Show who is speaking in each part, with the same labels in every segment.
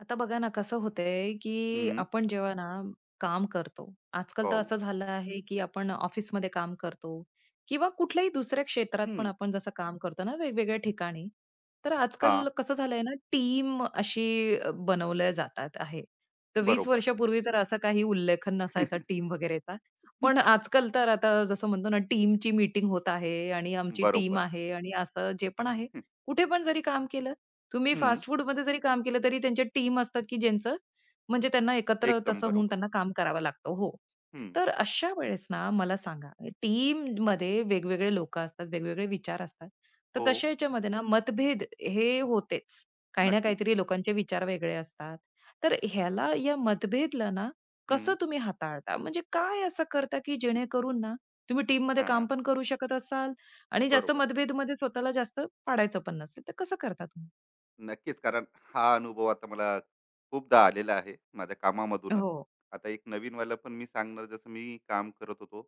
Speaker 1: आता बघा ना कसं होतंय, की
Speaker 2: हं,
Speaker 1: आपण जेव्हा ना काम करतो, आजकाल तर
Speaker 2: हो.
Speaker 1: असं झालं आहे, की आपण ऑफिसमध्ये काम करतो किंवा कुठल्याही दुसऱ्या क्षेत्रात पण
Speaker 2: हं.
Speaker 1: आपण जसं काम करतो ना वेगवेगळ्या ठिकाणी. तर
Speaker 2: हां,
Speaker 1: आजकाल कसं झालंय ना टीम अशी बनवल्या जातात आहे. तर 20
Speaker 2: बरोबर.
Speaker 1: वर्षापूर्वी तर असा काही उल्लेख नसायचा टीम वगैरेचा. पण आजकाल तर आता जसं म्हणतो ना टीमची मीटिंग होत आहे आणि आमची टीम
Speaker 2: बरोबर.
Speaker 1: आहे आणि असं जे पण आहे. कुठे पण जरी काम केलं तुम्ही
Speaker 2: हं,
Speaker 1: फास्ट फूडमध्ये जरी काम केलं तरी त्यांच्या टीम असतात, की ज्यांचं म्हणजे त्यांना एकत्र
Speaker 2: एकदम
Speaker 1: तसं होऊन
Speaker 2: बरोबर.
Speaker 1: त्यांना काम करावं लागतं. हो.
Speaker 2: हं,
Speaker 1: तर अशा वेळेस ना मला सांगा, टीममध्ये वेगवेगळे लोकं असतात, वेगवेगळे विचार असतात. तर
Speaker 2: हो,
Speaker 1: तशा ह्याच्यामध्ये ना मतभेद हे होतेच. काही ना
Speaker 2: नक्कीच.
Speaker 1: काहीतरी लोकांचे विचार वेगळे असतात. तर ह्याला या मतभेदला ना
Speaker 2: हं,
Speaker 1: कसं तुम्ही हाताळता? म्हणजे काय असं करता, की जेणेकरून ना तुम्ही टीममध्ये काम
Speaker 2: हां,
Speaker 1: पण करू शकत असाल आणि जास्त
Speaker 2: बरोबर.
Speaker 1: मतभेदमध्ये स्वतःला जास्त पाडायचं पण नसेल, तर कसं करता
Speaker 2: नक्कीच, कारण हा अनुभव आता मला खूपदा आलेला आहे, माझ्या कामामधूनच.
Speaker 1: हो.
Speaker 2: आता एक नवीनवाला पण मी सांगणार, जसं मी काम करत होतो,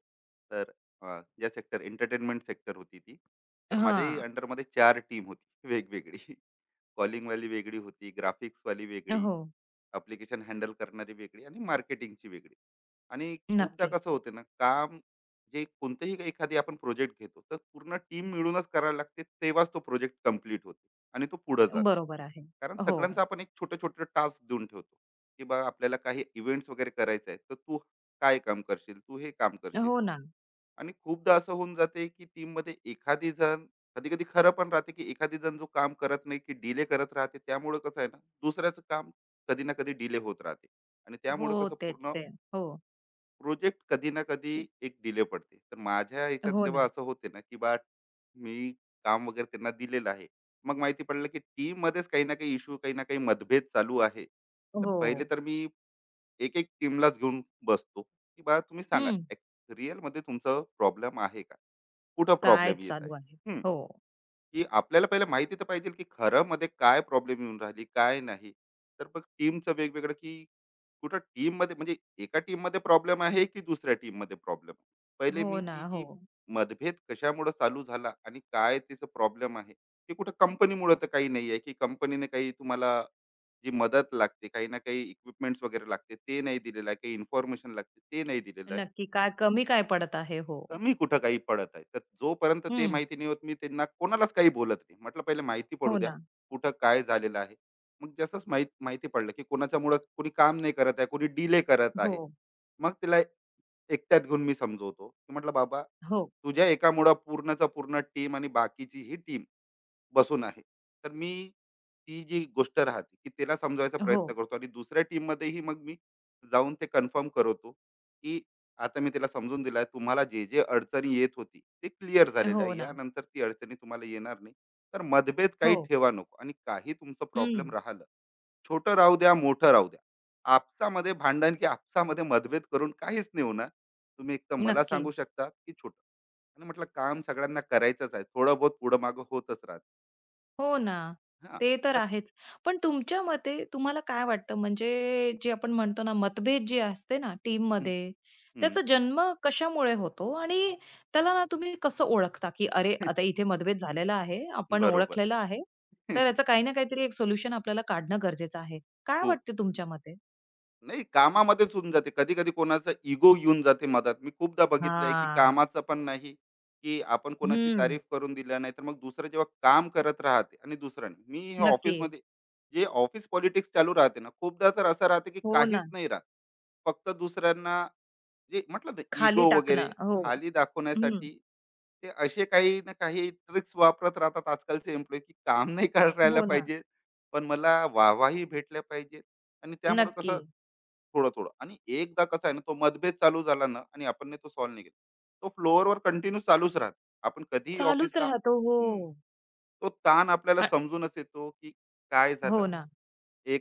Speaker 2: तर या सेक्टर एंटरटेनमेंट सेक्टर होती ती. तर माझ्याही
Speaker 1: हां.
Speaker 2: अंडरमध्ये 4 टीम होती वेगवेगळी. कॉलिंगवाली वेगळी होती, ग्राफिक्सवाली वेगळी,
Speaker 1: हो.
Speaker 2: ॲप्लिकेशन हँडल करणारी वेगळी आणि मार्केटिंगची वेगळी. आणि खूपदा
Speaker 1: नक्की.
Speaker 2: कसं होते ना काम जे कोणतेही एखादी आपण प्रोजेक्ट घेतो तर पूर्ण टीम मिळूनच करायला लागते तेव्हाच तो प्रोजेक्ट कम्प्लीट होते आणि तो पुढे जाते
Speaker 1: बरोबर आहे.
Speaker 2: कारण
Speaker 1: हो.
Speaker 2: सगळ्यांचा आपण एक छोटे छोटे टास्क देऊन ठेवतो की बा आपल्याला काही इव्हेंट्स वगैरे करायचे आहेत तर तू काय काम करशील तू हे काम करशील
Speaker 1: हो ना.
Speaker 2: आणि खूपदा असं होऊन जाते की टीम मध्ये एखादी जण कधी कधी खरं पण राहते की एखादी जण जो काम करत नाही की डिले करत राहते त्यामुळे कसं आहे ना दुसऱ्याचं काम कधी ना कधी डिले होत राहते आणि
Speaker 1: हो,
Speaker 2: त्यामुळे कसं
Speaker 1: तेच
Speaker 2: पूर्ण
Speaker 1: ते. हो.
Speaker 2: प्रोजेक्ट कधी ना कधी एक डिले पडते तर माझ्या ह्याच्यात
Speaker 1: हो ना.
Speaker 2: जेव्हा असं होते ना की बा मी काम वगैरे त्यांना दिलेलं आहे मग माहिती पडलं की टीम मध्येच काही ना काही इश्यू काही ना काही मतभेद चालू आहे तर
Speaker 1: हो.
Speaker 2: पहिले तर मी एक एक टीमलाच घेऊन बसतो की बा तुम्ही सांगा
Speaker 1: हं.
Speaker 2: रिअल मध्ये तुमचं प्रॉब्लेम आहे का कुठं
Speaker 1: काय
Speaker 2: प्रॉब्लेम येत
Speaker 1: चालू आहे?
Speaker 2: आहे हम्म.
Speaker 1: हो.
Speaker 2: की आपल्याला पहिले माहिती तर पाहिजे की खरं मध्ये काय प्रॉब्लेम येऊन राहिली काय नाही तर मग टीमचं वेगवेगळं की कुठं टीम मध्ये म्हणजे एका टीम मध्ये प्रॉब्लेम आहे की दुसऱ्या टीम मध्ये प्रॉब्लेम आहे पहिले
Speaker 1: हो
Speaker 2: मी
Speaker 1: ना.
Speaker 2: ती
Speaker 1: हो.
Speaker 2: जी मतभेद कशामुळे चालू झाला आणि काय तिचं प्रॉब्लेम आहे ते कुठं कंपनीमुळे तर काही नाही आहे की कंपनीने काही तुम्हाला जी मदत लागते काही ना काही इक्विपमेंट्स वगैरे लागते ते नाही दिलेलं आहे काही इन्फॉर्मेशन लागते ते नाही दिलेलं आहे
Speaker 1: नक्की काय कमी काय पडत आहे? हो.
Speaker 2: कमी कुठं काही पडत आहे तर जोपर्यंत ते
Speaker 1: हं.
Speaker 2: माहिती नाही होत मी त्यांना कोणालाच काही बोलत नाही म्हटलं पहिले माहिती पडू
Speaker 1: हो
Speaker 2: द्या
Speaker 1: ना.
Speaker 2: कुठं काय झालेलं आहे मग जसंच माहिती पडलं की कोणाच्यामुळं कोणी काम नाही करत आहे कोणी डिले करत
Speaker 1: हो.
Speaker 2: आहे मग तिला एकट्यात घेऊन मी समजवतो की म्हटलं बाबा
Speaker 1: हो.
Speaker 2: तुझ्या एकामुळं पूर्णचा पूर्ण टीम आणि बाकीची ही टीम बसून आहे. तर मी ती जी गोष्ट राहते, की त्याला समजवायचा प्रयत्न
Speaker 1: हो.
Speaker 2: करतो आणि दुसऱ्या टीममध्येही मग मी जाऊन ते कन्फर्म करवतो, की आता मी त्याला समजून दिलं आहे, तुम्हाला जे अडचणी येत होती, ते क्लिअर झालेलं
Speaker 1: हो
Speaker 2: आहे.
Speaker 1: ना.
Speaker 2: यानंतर ती अडचणी तुम्हाला येणार नाही. तर मतभेद काही
Speaker 1: हो.
Speaker 2: ठेवा नको आणि काही तुमचं प्रॉब्लेम
Speaker 1: हं.
Speaker 2: राहिलं, छोटं राहू द्या, मोठं राहू द्या. आपसामध्ये भांडण की आपसामध्ये मतभेद करून काहीच नाही होणार. तुम्ही एक तर मला
Speaker 1: नक्की.
Speaker 2: सांगू शकता, की छोटं आणि म्हटलं काम सगळ्यांना करायचंच आहे. थोडं बहुत पुढं-मागं होतच राहतं.
Speaker 1: हो ना.
Speaker 2: हां,
Speaker 1: ते तर
Speaker 2: तर
Speaker 1: आहेच. पण तुमच्या मते तुम्हाला काय वाटतं म्हणजे जे आपण म्हणतो ना मतभेद जे असते ना टीम
Speaker 2: हं,
Speaker 1: टीममध्ये,
Speaker 2: हं.
Speaker 1: त्याचा जन्म कशामुळे होतो? आणि त्याला ना तुम्ही कसं ओळखता, की अरे आता इथे मतभेद झालेला आहे, आपण
Speaker 2: बरोबर.
Speaker 1: ओळखलेलं आहे. तर याचं काही ना काहीतरी एक सोल्युशन आपल्याला काढणं गरजेचं आहे. काय
Speaker 2: खूप.
Speaker 1: वाटते तुमच्या मते?
Speaker 2: नाही कामामध्येच होऊन जाते. कधी-कधी कोणाचा इगो येऊन जाते मधात. मी खूपदा बघितलंय, की
Speaker 1: हां.
Speaker 2: कामाचं पण नाही, की आपण कोणाची
Speaker 1: हं.
Speaker 2: तारीफ करून दिल्या नाही, तर मग दुसरं जेव्हा काम करत राहते आणि दुसऱ्याने मी हे
Speaker 1: नक्की.
Speaker 2: ऑफिसमध्ये जे ऑफिस पॉलिटिक्स चालू राहते ना, खूपदा तर असं राहते, की
Speaker 1: हो
Speaker 2: काहीच
Speaker 1: ना.
Speaker 2: नाही राहत. फक्त दुसऱ्यांना जे म्हटलं ना
Speaker 1: खाली
Speaker 2: इगो वगैरे
Speaker 1: टाकणं. हो.
Speaker 2: खाली
Speaker 1: हं.
Speaker 2: दाखवण्यासाठी ते असे काही ना काही ट्रिक्स वापरत राहतात आजकालचे एम्प्लॉय की काम नाही करायला
Speaker 1: हो ना.
Speaker 2: पाहिजे पण मला वाहवाही भेटल्या पाहिजे आणि त्यामुळे
Speaker 1: नक्की.
Speaker 2: कसं थोडं थोडं आणि एकदा कसं आहे ना तो मतभेद चालू झाला ना आणि आपण ने तो सॉल्व्ह नाही केला तो फ्लोअरवर कंटिन्यू चालूच राहते आपण कधीही
Speaker 1: चालूच
Speaker 2: ऑफिसला
Speaker 1: राहतो. हो.
Speaker 2: तो ताण आपल्याला
Speaker 1: अ,
Speaker 2: समजूनच येतो की काय
Speaker 1: हो
Speaker 2: झालं
Speaker 1: ना.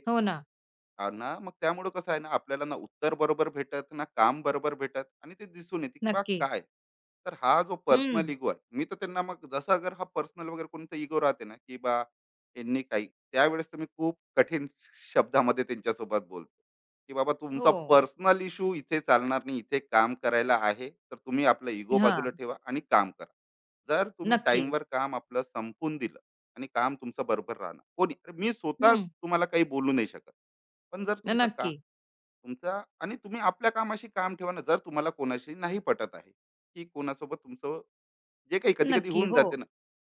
Speaker 1: हो ना,
Speaker 2: हा ना मग त्यामुळे कसं आहे ना आपल्याला ना उत्तर बरोबर भेटत ना काम बरोबर भेटत आणि ते दिसून येते की बा
Speaker 1: नक्की.
Speaker 2: काय तर हा जो पर्सनल
Speaker 1: हं.
Speaker 2: इगो आहे मी तर त्यांना मग जसं अगर हा पर्सनल वगैरे कोणता इगो राहते ना की बा यांनी काही त्यावेळेस तुम्ही खूप कठीण शब्दामध्ये त्यांच्यासोबत बोलतो की बाबा तुमचा
Speaker 1: हो.
Speaker 2: पर्सनल इशू इथे चालणार नाही इथे काम करायला आहे तर तुम्ही आपला इगो
Speaker 1: हां,
Speaker 2: बाजूला ठेवा आणि काम करा जर तुम्ही
Speaker 1: नक्की.
Speaker 2: टाइमवर काम आपलं संपून दिलं आणि काम तुमचं बरोबर राहणार कोणी अरे मी स्वतः
Speaker 1: हं.
Speaker 2: तुम्हाला काही बोलू नाही शकत पण जर तुमचं का
Speaker 1: नक्की,
Speaker 2: तुमचा आणि तुम्ही आपल्या कामाशी काम ठेवा ना जर तुम्हाला कोणाशी नाही पटत आहे की कोणासोबत तुमचं जे काही कधी कधी
Speaker 1: नक्की.
Speaker 2: होऊन
Speaker 1: हो,
Speaker 2: जाते ना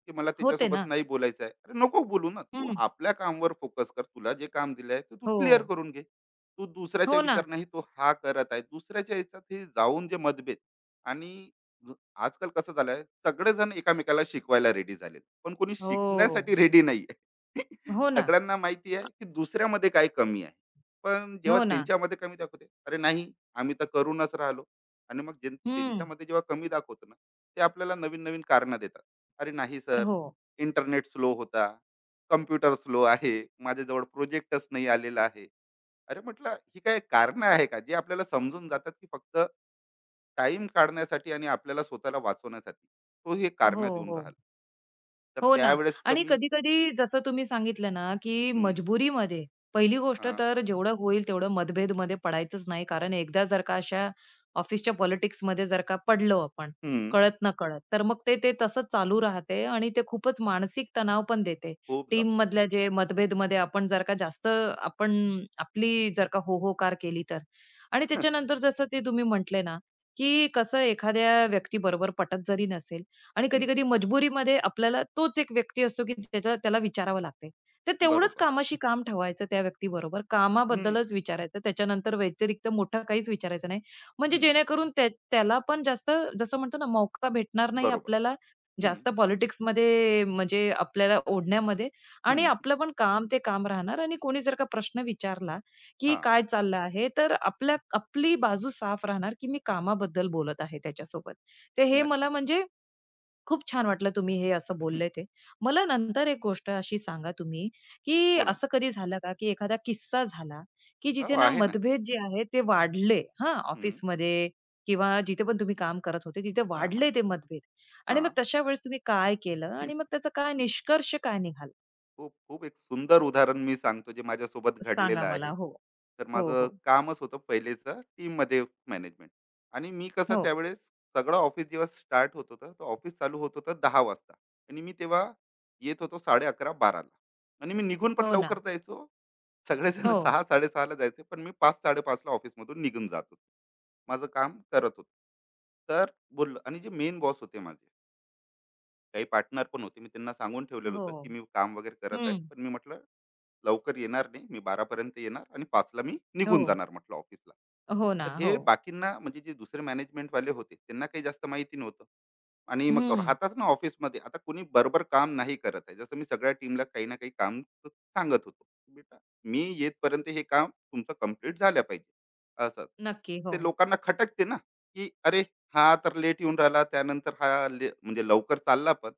Speaker 2: की मला
Speaker 1: होते
Speaker 2: त्याच्यासोबत
Speaker 1: ना.
Speaker 2: नाही बोलायचं आहे अरे नको बोलू ना तू
Speaker 1: हं.
Speaker 2: आपल्या कामवर फोकस कर तुला जे काम दिलं आहे ते तू
Speaker 1: हो.
Speaker 2: क्लिअर करून घे तू दुसऱ्याच्या
Speaker 1: हो ना.
Speaker 2: विचार नाही तो हा करत आहे दुसऱ्याच्या याच्यात हे जाऊन जे मतभेद आणि ज- आजकाल कसं झालंय सगळेजण एकामेकाला शिकवायला रेडी झाले पण कोणी शिकण्यासाठी
Speaker 1: हो.
Speaker 2: रेडी नाही आहे.
Speaker 1: हो ना.
Speaker 2: सगळ्यांना माहिती आहे की दुसऱ्यामध्ये काय कमी आहे पण जेव्हा
Speaker 1: हो ना.
Speaker 2: त्यांच्यामध्ये कमी दाखवते अरे नाही आम्ही तर करूनच राहिलो आणि मग
Speaker 1: हं.
Speaker 2: त्यांच्यामध्ये जेव्हा कमी दाखवतो ना ते आपल्याला नवीन नवीन कारणं देतात अरे नाही सर
Speaker 1: हो.
Speaker 2: इंटरनेट स्लो होता कम्प्युटर स्लो आहे माझ्याजवळ प्रोजेक्टच नाही आलेला आहे अरे म्हटलं ही काय कारणं आहे का जे आपल्याला समजून जातात की फक्त टाइम काढण्यासाठी आणि आपल्याला स्वतःला वाचवण्यासाठी तो हे कारणं
Speaker 1: हो,
Speaker 2: देऊन
Speaker 1: हो.
Speaker 2: राहिला तर
Speaker 1: हो ना.
Speaker 2: त्यावेळेस तर
Speaker 1: आणि
Speaker 2: मी
Speaker 1: कधी-कधी जसं तुम्ही सांगितलं ना, की
Speaker 2: हम्म,
Speaker 1: मजबुरीमध्ये पहिली गोष्ट
Speaker 2: हा,
Speaker 1: तर जेवढं होईल तेवढं मतभेदमध्ये पडायचंच नाही. कारण एकदा जर का अशा ऑफिसच्या पॉलिटिक्समध्ये जर का पडलो आपण
Speaker 2: हम्म,
Speaker 1: कळत नकळत, तर मग ते ते तसंच चालू राहते आणि ते खूपच मानसिक तणाव पण देते.
Speaker 2: खूप जास्त होत
Speaker 1: टीममधल्या जे मतभेदमध्ये आपण जर का जास्त आपण आपली जर का होहोकार केली तर. आणि त्याच्यानंतर जसं ते तुम्ही म्हटले ना, की कसं एखाद्या व्यक्तीबरोबर पटत जरी नसेल, आणि
Speaker 2: हम्म,
Speaker 1: कधी-कधी मजबुरीमध्ये आपल्याला तोच एक व्यक्ती असतो, की त्याच्या त्याला विचारावं लागते. तर तेवढंच
Speaker 2: बरोबर
Speaker 1: कामाशी काम ठेवायचं त्या व्यक्तीबरोबर.
Speaker 2: हम्म,
Speaker 1: कामाबद्दलच विचारायचं. त्याच्यानंतर व्यतिरिक्त मोठं काहीच विचारायचं नाही. म्हणजे
Speaker 2: हम्म,
Speaker 1: जेणेकरून त्याला पण जास्त जसं म्हणतो ना, मौका भेटणार नाही
Speaker 2: बरोबर
Speaker 1: आपल्याला
Speaker 2: हम्म,
Speaker 1: जास्त पॉलिटिक्समध्ये म्हणजे आपल्याला ओढण्यामध्ये आणि
Speaker 2: हम्म,
Speaker 1: आपलं पण काम ते काम राहणार आणि कोणी जर का प्रश्न विचारला, की
Speaker 2: हा
Speaker 1: काय चाललं आहे? तर आपल्या आपली बाजू साफ राहणार, की मी कामाबद्दल बोलत आहे त्याच्यासोबत. तर हे मला
Speaker 2: नक्कीच
Speaker 1: म्हणजे खूप छान वाटलं तुम्ही हे असं बोलले ते. मला नंतर एक गोष्ट अशी सांगा तुम्ही, की
Speaker 2: बोला
Speaker 1: असं कधी झालं का, की एखादा किस्सा झाला, की
Speaker 2: ना हो
Speaker 1: जिथे ना
Speaker 2: आहे ना
Speaker 1: मतभेद जे आहेत ते वाढले हां,
Speaker 2: हम्म,
Speaker 1: ऑफिसमध्ये किंवा जिथे पण तुम्ही काम करत होते, तिथे
Speaker 2: हा
Speaker 1: वाढले ते मतभेद आणि मग
Speaker 2: हा
Speaker 1: तशा वेळेस तुम्ही काय केलं आणि मग त्याचा काय निष्कर्ष काय निघाला?
Speaker 2: खूप खूप एक सुंदर उदाहरण मी सांगतो जे माझ्यासोबत
Speaker 1: सांगा
Speaker 2: घडलेलं
Speaker 1: मला.
Speaker 2: आहे
Speaker 1: हो.
Speaker 2: तर
Speaker 1: हो,
Speaker 2: माझं
Speaker 1: हो.
Speaker 2: कामच होतं पहिलेचं टीममध्ये मॅनेजमेंट आणि मी कसं
Speaker 1: हो.
Speaker 2: त्यावेळेस सगळं ऑफिस जेव्हा स्टार्ट होत होतं तर ऑफिस चालू होत होतं 10 वाजता आणि मी तेव्हा येत होतो साडे अकरा बाराला आणि मी निघून पण
Speaker 1: हो ना.
Speaker 2: लवकर जायचो सगळेजण
Speaker 1: हो.
Speaker 2: सहा साडेसहाला जायचे पण मी पाच साडेपाचला ऑफिसमधून निघून जात होतो माझं काम करत होतो तर बोललो आणि जे मेन बॉस होते माझे काही पार्टनर पण होते मी त्यांना सांगून ठेवलेलं
Speaker 1: हो.
Speaker 2: होतं की मी काम वगैरे करत आहे
Speaker 1: हं.
Speaker 2: पण मी म्हटलं लवकर येणार नाही मी 12 पर्यंत येणार आणि 5 ला मी निघून
Speaker 1: हो.
Speaker 2: जाणार म्हटलं ऑफिसला
Speaker 1: हो
Speaker 2: तर
Speaker 1: ना. हो.
Speaker 2: हे बाकींना म्हणजे जे दुसरे मॅनेजमेंटवाले होते त्यांना काही जास्त माहिती नव्हतं आणि मग
Speaker 1: हं.
Speaker 2: राहतात ना ऑफिसमध्ये आता कोणी बरोबर काम नाही करत आहे जसं मी सगळ्या टीमला काही ना काही काम सांगत होतो बेटा मी येतपर्यंत हे काम तुमचं कम्प्लीट झालं पाहिजे असं
Speaker 1: नक्की. हो.
Speaker 2: ते लोकांना खटकते ना की अरे हा तर लेट येऊन राहिला त्यानंतर हा म्हणजे लवकर चालला पण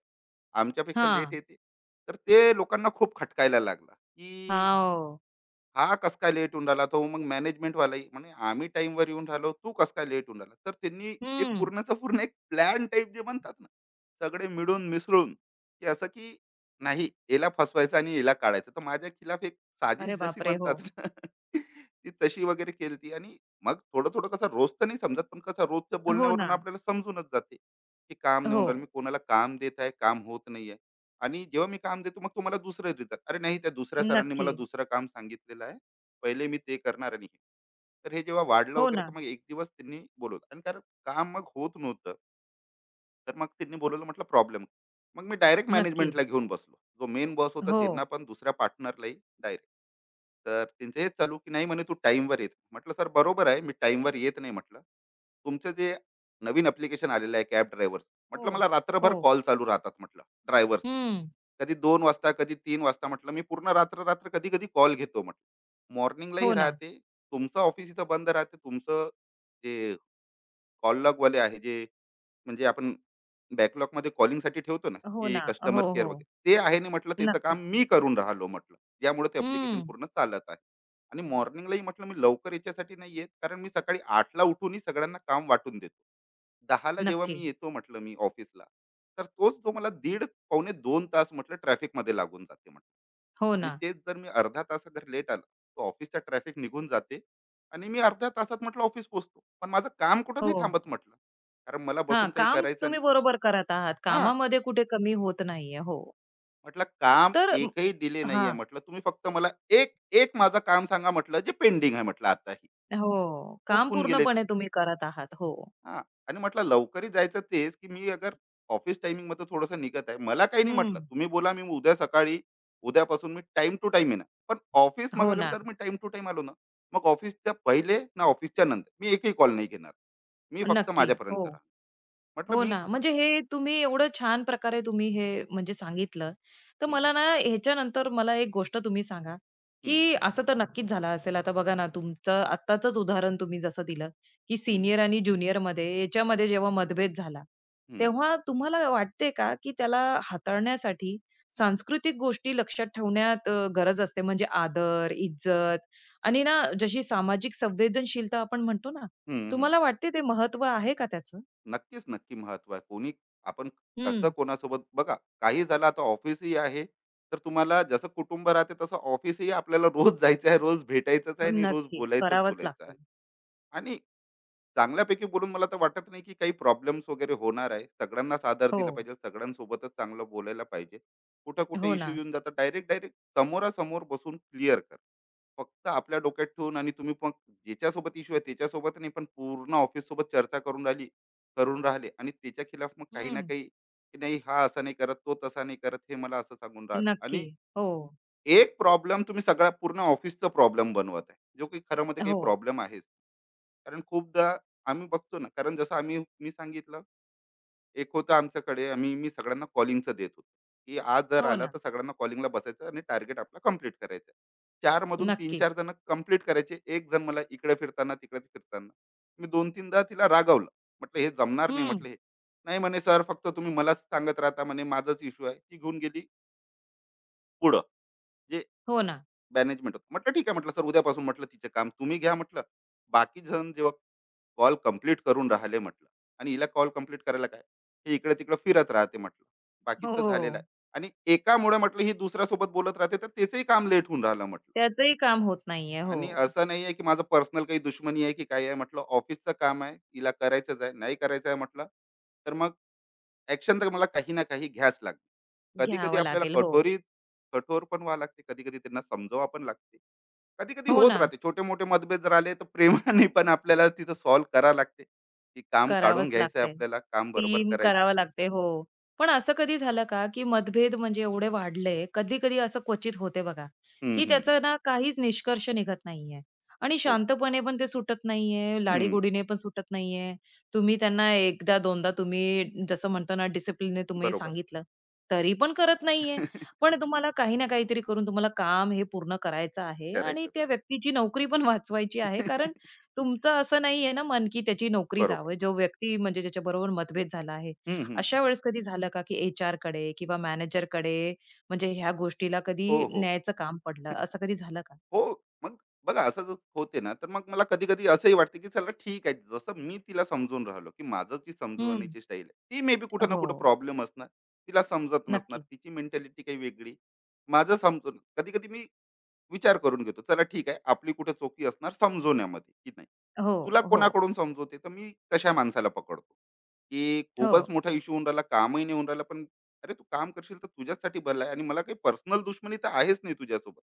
Speaker 2: आमच्यापेक्षा लेट
Speaker 1: हां.
Speaker 2: येते तर ते लोकांना खूप खटकायला लागला की
Speaker 1: हां. हो.
Speaker 2: हा कस काय लेट होऊन राहिला तो मग मॅनेजमेंट वालाही म्हणजे आम्ही टाइमवर येऊन राहिलो तू कस काय लेट होऊन राहिला तर त्यांनी एक
Speaker 1: हं.
Speaker 2: पूर्णचा पूर्ण एक प्लॅन टाईप जे म्हणतात ना सगळे मिळून मिसळून की असं की नाही याला फसवायचं आणि याला काढायचं तर माझ्या खिलाफ एक
Speaker 1: अरे
Speaker 2: साजिश जशी
Speaker 1: बापरे! हो.
Speaker 2: म्हणतात ना ती तशी वगैरे केलती आणि मग थोडं थोडं कसं रोज तर नाही समजत पण कसं रोजच्या
Speaker 1: हो ना.
Speaker 2: बोलण्यावरून आपल्याला समजूनच जाते की काम नाही
Speaker 1: हो.
Speaker 2: होऊन राहिलं मी कोणाला काम देत आहे काम होत नाहीये आणि जेव्हा मी काम देतो मग तो मला दुसरं देतात. अरे नाही त्या दुसऱ्या सरांनी
Speaker 1: नक्की.
Speaker 2: मला दुसरं काम सांगितलेलं आहे. पहिले मी ते करणार आणि हे. तर हे जेव्हा वाढलं
Speaker 1: हो
Speaker 2: वगैरे तर
Speaker 1: ना.
Speaker 2: मग एक दिवस त्यांनी बोलवलं आणि कारण काम मग होत नव्हतं. तर मग त्यांनी बोलवलं म्हटलं प्रॉब्लेम मग मी डायरेक्ट
Speaker 1: नक्की.
Speaker 2: मॅनेजमेंटला घेऊन बसलो जो मेन बॉस होता
Speaker 1: हो.
Speaker 2: त्यांना पण दुसऱ्या पार्टनरलाही डायरेक्ट तर त्यांचं हेच चालू की नाही म्हणे तू टाईमवर येत म्हटलं सर बरोबर आहे मी टाईमवर येत नाही म्हटलं तुमचं जे नवीन अप्लिकेशन आलेलं आहे कॅब ड्रायव्हर्स
Speaker 1: हो.
Speaker 2: म्हटलं मला रात्रभर
Speaker 1: हो.
Speaker 2: कॉल चालू राहतात म्हटलं ड्रायव्हर्सचे
Speaker 1: हं.
Speaker 2: कधी 2 वाजता कधी 3 वाजता म्हटलं मी पूर्ण रात्र रात्र कधी कधी कॉल घेतो म्हटलं मॉर्निंगलाही
Speaker 1: हो ना.
Speaker 2: राहते तुमचं ऑफिस इथं बंद राहते तुमचं जे कॉल लगवाले आहे जे म्हणजे आपण बॅकलॉग मध्ये कॉलिंगसाठी ठेवतो ना
Speaker 1: हो
Speaker 2: की
Speaker 1: ना. हो,
Speaker 2: कस्टमर केअर
Speaker 1: हो.
Speaker 2: वगैरे ते आहे नाही म्हटलं त्याचं
Speaker 1: नक्की.
Speaker 2: काम मी करून राहिलो म्हटलं ज्यामुळे ते अप्लिकेशन
Speaker 1: हं.
Speaker 2: पूर्ण चालत आहे आणि मॉर्निंगलाही म्हटलं मी लवकर याच्यासाठी नाही येत कारण मी सकाळी 8 ला उठूनही सगळ्यांना काम वाटून देतो 10 ला जेव्हा
Speaker 1: नक्की.
Speaker 2: मी येतो म्हटलं मी ऑफिसला तर तोच जो मला दीड पावणे दोन तास म्हटलं ट्रॅफिकमध्ये लागून जाते म्हटलं
Speaker 1: हो
Speaker 2: आणि
Speaker 1: ना.
Speaker 2: तेच जर मी अर्धा तास जर लेट आला तर ऑफिसचा ट्रॅफिक निघून जाते आणि मी अर्ध्या तासात म्हटलं ऑफिस पोहोचतो पण माझं काम कुठं नाही
Speaker 1: हो.
Speaker 2: थांबत म्हटलं कारण मला
Speaker 1: हां,
Speaker 2: बसून काही
Speaker 1: काम
Speaker 2: करायचं नाही.
Speaker 1: तुम्ही बरोबर करत आहात.
Speaker 2: हां,
Speaker 1: कामामध्ये कुठे कमी होत नाहीये. हो.
Speaker 2: म्हटलं काम
Speaker 1: तर
Speaker 2: एकही डिले नाहीये
Speaker 1: हां.
Speaker 2: म्हटलं. तुम्ही फक्त मला एक एक माझं काम सांगा म्हटलं जे पेंडिंग आहे म्हटलं आताही.
Speaker 1: हो. काम
Speaker 2: चूप होऊन गेले ते.
Speaker 1: पूर्णपणे तुम्ही करत आहात. हो.
Speaker 2: हां आणि म्हटलं लवकरही जायचं तेच, की मी अगर ऑफिस टायमिंगमध्ये थोडंसं निघत आहे. मला काही नाही
Speaker 1: हं.
Speaker 2: म्हटलं. तुम्ही बोला मी उद्या सकाळी उद्यापासून मी टाईम टू टाईम येणार. पण ऑफिस मग
Speaker 1: हो
Speaker 2: अगर
Speaker 1: ना.
Speaker 2: जर मी टाईम टू टाईम आलो ना, मग ऑफिसच्या पहिले ना ऑफिसच्या नंतर मी एकही कॉल नाही घेणार. मी फक्त
Speaker 1: नक्की. हो.
Speaker 2: माझ्यापर्यंत राहणार. म्हटलं
Speaker 1: हो
Speaker 2: मी
Speaker 1: ना. म्हणजे हे तुम्ही एवढं छान प्रकारे तुम्ही हे म्हणजे सांगितलं. तर
Speaker 2: हं,
Speaker 1: मला ना ह्याच्यानंतर मला एक गोष्ट तुम्ही सांगा,
Speaker 2: हं,
Speaker 1: की असं तर नक्कीच झालं असेल. आता बघा ना तुमचं आत्ताचंच उदाहरण तुम्ही जसं दिलं, की
Speaker 2: हं,
Speaker 1: सीनियर आणि ज्युनियरमध्ये याच्यामध्ये जेव्हा मतभेद झाला,
Speaker 2: हं,
Speaker 1: तेव्हा तुम्हाला वाटते का, की त्याला हाताळण्यासाठी सांस्कृतिक गोष्टी लक्षात ठेवण्यात गरज असते? म्हणजे आदर, इज्जत आणि ना जशी सामाजिक संवेदनशीलता आपण म्हणतो ना,
Speaker 2: हं, हं.
Speaker 1: तुम्हाला वाटते ते महत्त्व आहे का त्याचं?
Speaker 2: नक्कीच, नक्की महत्व आहे. कोणी आपण
Speaker 1: हं.
Speaker 2: कसं कोणासोबत बघा, काही झालं आता ऑफिसही आहे, तर तुम्हाला जसं कुटुंब राहते तसं ऑफिसही आपल्याला रोज जायचं आहे, रोज भेटायचंच आहे आणि रोज
Speaker 1: नक्की.
Speaker 2: बोलायचंच
Speaker 1: करावंच
Speaker 2: बोलायचं आहे.
Speaker 1: लागतं.
Speaker 2: आणि चांगल्यापैकी बोलून मला तर वाटत नाही, की काही प्रॉब्लेम्स वगैरे होणार आहे. सगळ्यांनाच आदर
Speaker 1: हो.
Speaker 2: दिला पाहिजे, सगळ्यांसोबतच चांगलं बोलायला पाहिजे. कुठं-कुठे
Speaker 1: हो ना.
Speaker 2: इश्यू येऊन जातात डायरेक्ट समोरासमोर बसून क्लिअर करा. फक्त आपल्या डोक्यात ठेवून आणि तुम्ही पण ज्याच्यासोबत इश्यू आहे त्याच्यासोबत नाही, पण पूर्ण ऑफिस सोबत चर्चा करून राहिले आणि त्याच्या खिलाफ मग काही ना
Speaker 1: हं.
Speaker 2: काही, की नाही हा असा नाही करत, तो तसा नाही करत, हे मला असं सांगून राहिलं.
Speaker 1: नक्की.
Speaker 2: आणि
Speaker 1: हो.
Speaker 2: एक प्रॉब्लेम तुम्ही सगळा पूर्ण ऑफिसचा प्रॉब्लेम बनवत आहे, जो काही खरं मध्ये काही
Speaker 1: हो.
Speaker 2: प्रॉब्लेम आहेच. कारण खूपदा आम्ही बघतो ना. कारण जसं मी सांगितलं, एक होतं आमच्याकडे, मी सगळ्यांना कॉलिंगचं देत होतो, की आज जर
Speaker 1: हो
Speaker 2: आला
Speaker 1: ना.
Speaker 2: तर सगळ्यांना कॉलिंगला बसायचं आणि टार्गेट आपला कम्प्लीट करायचं. चार मधून तीन
Speaker 1: नक्की.
Speaker 2: चार जण कम्प्लीट करायचे, एक जण मला इकडे फिरताना तिकडे फिरताना. मी दोन तीनदा तिला रागावलं. म्हटलं हे जमणार नाही,
Speaker 1: हं.
Speaker 2: म्हटलं हे. नाही म्हणे, सर फक्त तुम्ही मलाच सांगत राहता, म्हणे माझाच इश्यू आहे. ती घेऊन गेली पुढं जे
Speaker 1: हो ना.
Speaker 2: मॅनेजमेंट होतं. म्हटलं ठीक आहे, म्हटलं सर उद्यापासून, म्हटलं तिचं काम तुम्ही घ्या, म्हटलं बाकी जण जेव्हा कॉल कंप्लीट करून राहिले, म्हटलं. आणि हिला कॉल कंप्लीट करायला काय, हे इकडे तिकडे फिरत राहते, म्हटलं
Speaker 1: हो,
Speaker 2: बाकीचं झालेलं
Speaker 1: हो.
Speaker 2: आहे. आणि एकामुळे म्हटलं ही दुसऱ्या सोबत बोलत राहते, तर त्याचंही काम लेट होऊन राहिलं, म्हटलं.
Speaker 1: त्याचंही काम होत नाहीये.
Speaker 2: आणि
Speaker 1: हो.
Speaker 2: असं नाही आहे की माझं पर्सनल काही दुश्मनी आहे की काय आहे, म्हटलं ऑफिसचं काम आहे, हिला करायचंच आहे नाही करायचं आहे, म्हटलं. तर मग ऍक्शन तर मला काही ना काही घ्याच लागते. कधी कधी
Speaker 1: घ्यावं
Speaker 2: आपल्याला
Speaker 1: लागेल. हो.
Speaker 2: कठोरी कठोर पण व्हावं लागते, कधी कधी त्यांना समजावं पण लागते. कधी कधी
Speaker 1: हो
Speaker 2: होत
Speaker 1: ना.
Speaker 2: राहते छोटे मोठे मतभेद, जर आले तर प्रेमाने पण आपल्याला तिथं सॉल्व्ह करा लागते, की काम काढून
Speaker 1: करावंच
Speaker 2: घ्यायचंय,
Speaker 1: लागतंय.
Speaker 2: आपल्याला काम बरोबर
Speaker 1: टीम
Speaker 2: करायचं.
Speaker 1: करावं लागते. हो. पण असं कधी झालं का, की मतभेद म्हणजे एवढे वाढले, कधी-कधी असं क्वचित होते बघा,
Speaker 2: हम्म,
Speaker 1: की
Speaker 2: हम्म, हम्म.
Speaker 1: त्याचा ना काहीच निष्कर्ष निघत नाहीये आणि
Speaker 2: हो.
Speaker 1: शांतपणे पण ते सुटत नाहीये,
Speaker 2: हम्म.
Speaker 1: लाडीगोडीने पण सुटत नाहीये. तुम्ही त्यांना एकदा, दोनदा तुम्ही जसं म्हणतो ना डिसिप्लिनने तुम्ही
Speaker 2: बरोबर.
Speaker 1: सांगितलं, तरी पण करत नाहीये. पण तुम्हाला काही ना काहीतरी करून तुम्हाला काम हे पूर्ण करायचं आहे आणि
Speaker 2: करायचंच
Speaker 1: त्या
Speaker 2: आहे.
Speaker 1: व्यक्तीची नोकरी पण वाचवायची आहे कारण तुमचं असं नाहीये ना मन, की त्याची नोकरी
Speaker 2: बरोबर.
Speaker 1: जावं. जो व्यक्ती म्हणजे ज्याच्याबरोबर मतभेद झाला आहे.
Speaker 2: हम्म, हम्म.
Speaker 1: अशा वेळेस कधी झालं का, की एचआरकडे किंवा कड़े, म्हणजे ह्या गोष्टीला कधी
Speaker 2: हो, हो,
Speaker 1: न्यायचं काम पडलं, असं कधी झालं का?
Speaker 2: हो. मग बघा असं जर होते ना, तर मग मला कधी कधी असंही वाटते की चला ठीक आहे, जसं मी तिला समजून राहिलो, की माझं जी
Speaker 1: हं.
Speaker 2: समजवण्याची स्टाईल आहे ती मे बी कुठं ना
Speaker 1: हो.
Speaker 2: कुठं प्रॉब्लेम असणार. तिला समजत नसणार,
Speaker 1: नक्की.
Speaker 2: तिची मेंटॅलिटी काही वेगळी. माझं समजून कधी कधी मी विचार करून घेतो, चला ठीक आहे, आपली कुठे चोकी असणार समजवण्यामध्ये की नाही.
Speaker 1: हो,
Speaker 2: तुला
Speaker 1: हो,
Speaker 2: कोणाकडून समजवते, तर मी तशा माणसाला पकडतो, की
Speaker 1: हो.
Speaker 2: खूपच मोठा इश्यू होऊन राहिला, कामही नाही होऊन राहिला. पण अरे तू काम करशील तर तुझ्यासाठी भलं आहे, आणि मला काही पर्सनल दुश्मनी तर आहेच नाही तुझ्यासोबत.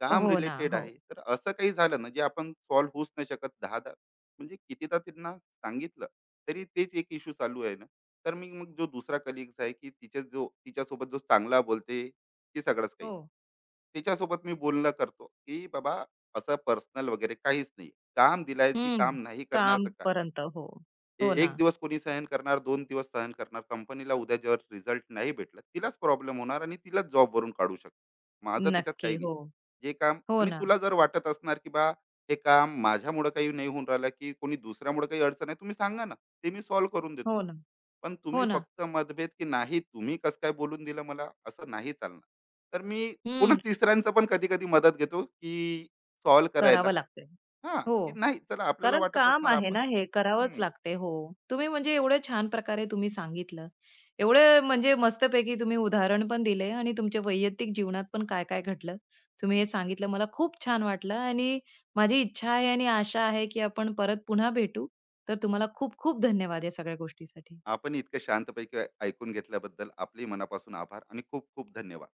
Speaker 2: काम
Speaker 1: हो ना.
Speaker 2: रिलेटेड
Speaker 1: हो,
Speaker 2: आहे. तर असं काही झालं ना, जे आपण सॉल्व्ह होऊच नाही शकत दहा दहा, म्हणजे कितीदा त्यांना सांगितलं तरी तेच एक इश्यू चालू आहे ना. तर मी मग जो दुसरा कलिग्स आहे, की तिच्या जो तिच्यासोबत जो चांगला बोलते ते सगळंच काही,
Speaker 1: हो.
Speaker 2: तिच्यासोबत मी बोलणं करतो, की बाबा असं पर्सनल वगैरे काहीच नाही. काम दिलाय, ती
Speaker 1: हं.
Speaker 2: काम नाही करणार तर काय?
Speaker 1: कामपर्यंत. हो. हो ना.
Speaker 2: एक दिवस कोणी सहन करणार, दोन दिवस सहन करणार. कंपनीला उद्या जर रिझल्ट नाही भेटला, तिलाच प्रॉब्लेम होणार आणि तिलाच जॉबवरून काढू शकतो. माझं त्याच्यात
Speaker 1: नक्की.
Speaker 2: काही नाही.
Speaker 1: हो.
Speaker 2: जे काम,
Speaker 1: हो
Speaker 2: आणि
Speaker 1: ना.
Speaker 2: तुला जर वाटत असणार, की बा हे काम माझ्यामुळं काही नाही होऊन राहिलं, की कोणी दुसऱ्यामुळं काही अडचण आहे, तुम्ही सांगा ना. ते मी सॉल्व्ह करून देतो.
Speaker 1: हो ना.
Speaker 2: पण तुम्ही
Speaker 1: हो ना.
Speaker 2: फक्त मतभेद की नाही तुम्ही कसं काय बोलून दिलं, मला असं नाही चालणार. तर मी पूर्ण
Speaker 1: हं.
Speaker 2: तिसऱ्यांचं पण कधी कधी मदत घेतो की सॉल्व्ह करायला.
Speaker 1: करावं लागतंय.
Speaker 2: हा
Speaker 1: हो.
Speaker 2: की नाही चला आपल्याला
Speaker 1: कारण
Speaker 2: वाटत
Speaker 1: काम
Speaker 2: असणार
Speaker 1: आहे
Speaker 2: आपण.
Speaker 1: ना हे, करावंच
Speaker 2: हम्म,
Speaker 1: लागते. हो. तुम्ही म्हणजे एवढ्या छान प्रकारे तुम्ही सांगितलं. एवढं म्हणजे मस्तपैकी तुम्ही उदाहरण पण दिले आणि तुमच्या वैयक्तिक जीवनात पण काय-काय घडलं, तुम्ही हे
Speaker 2: हम्म.
Speaker 1: सांगितलं. मला खूप छान वाटलं आणि माझी इच्छा आहे आणि आशा आहे, की आपण परत पुन्हा भेटू. तर तुम्हाला खूप-खूप धन्यवाद या सगळ्या गोष्टीसाठी.
Speaker 2: आपण इतकं शांतपैकी ऐकून घेतल्याबद्दल आपले मनापासून आभार आणि खूप खूप धन्यवाद.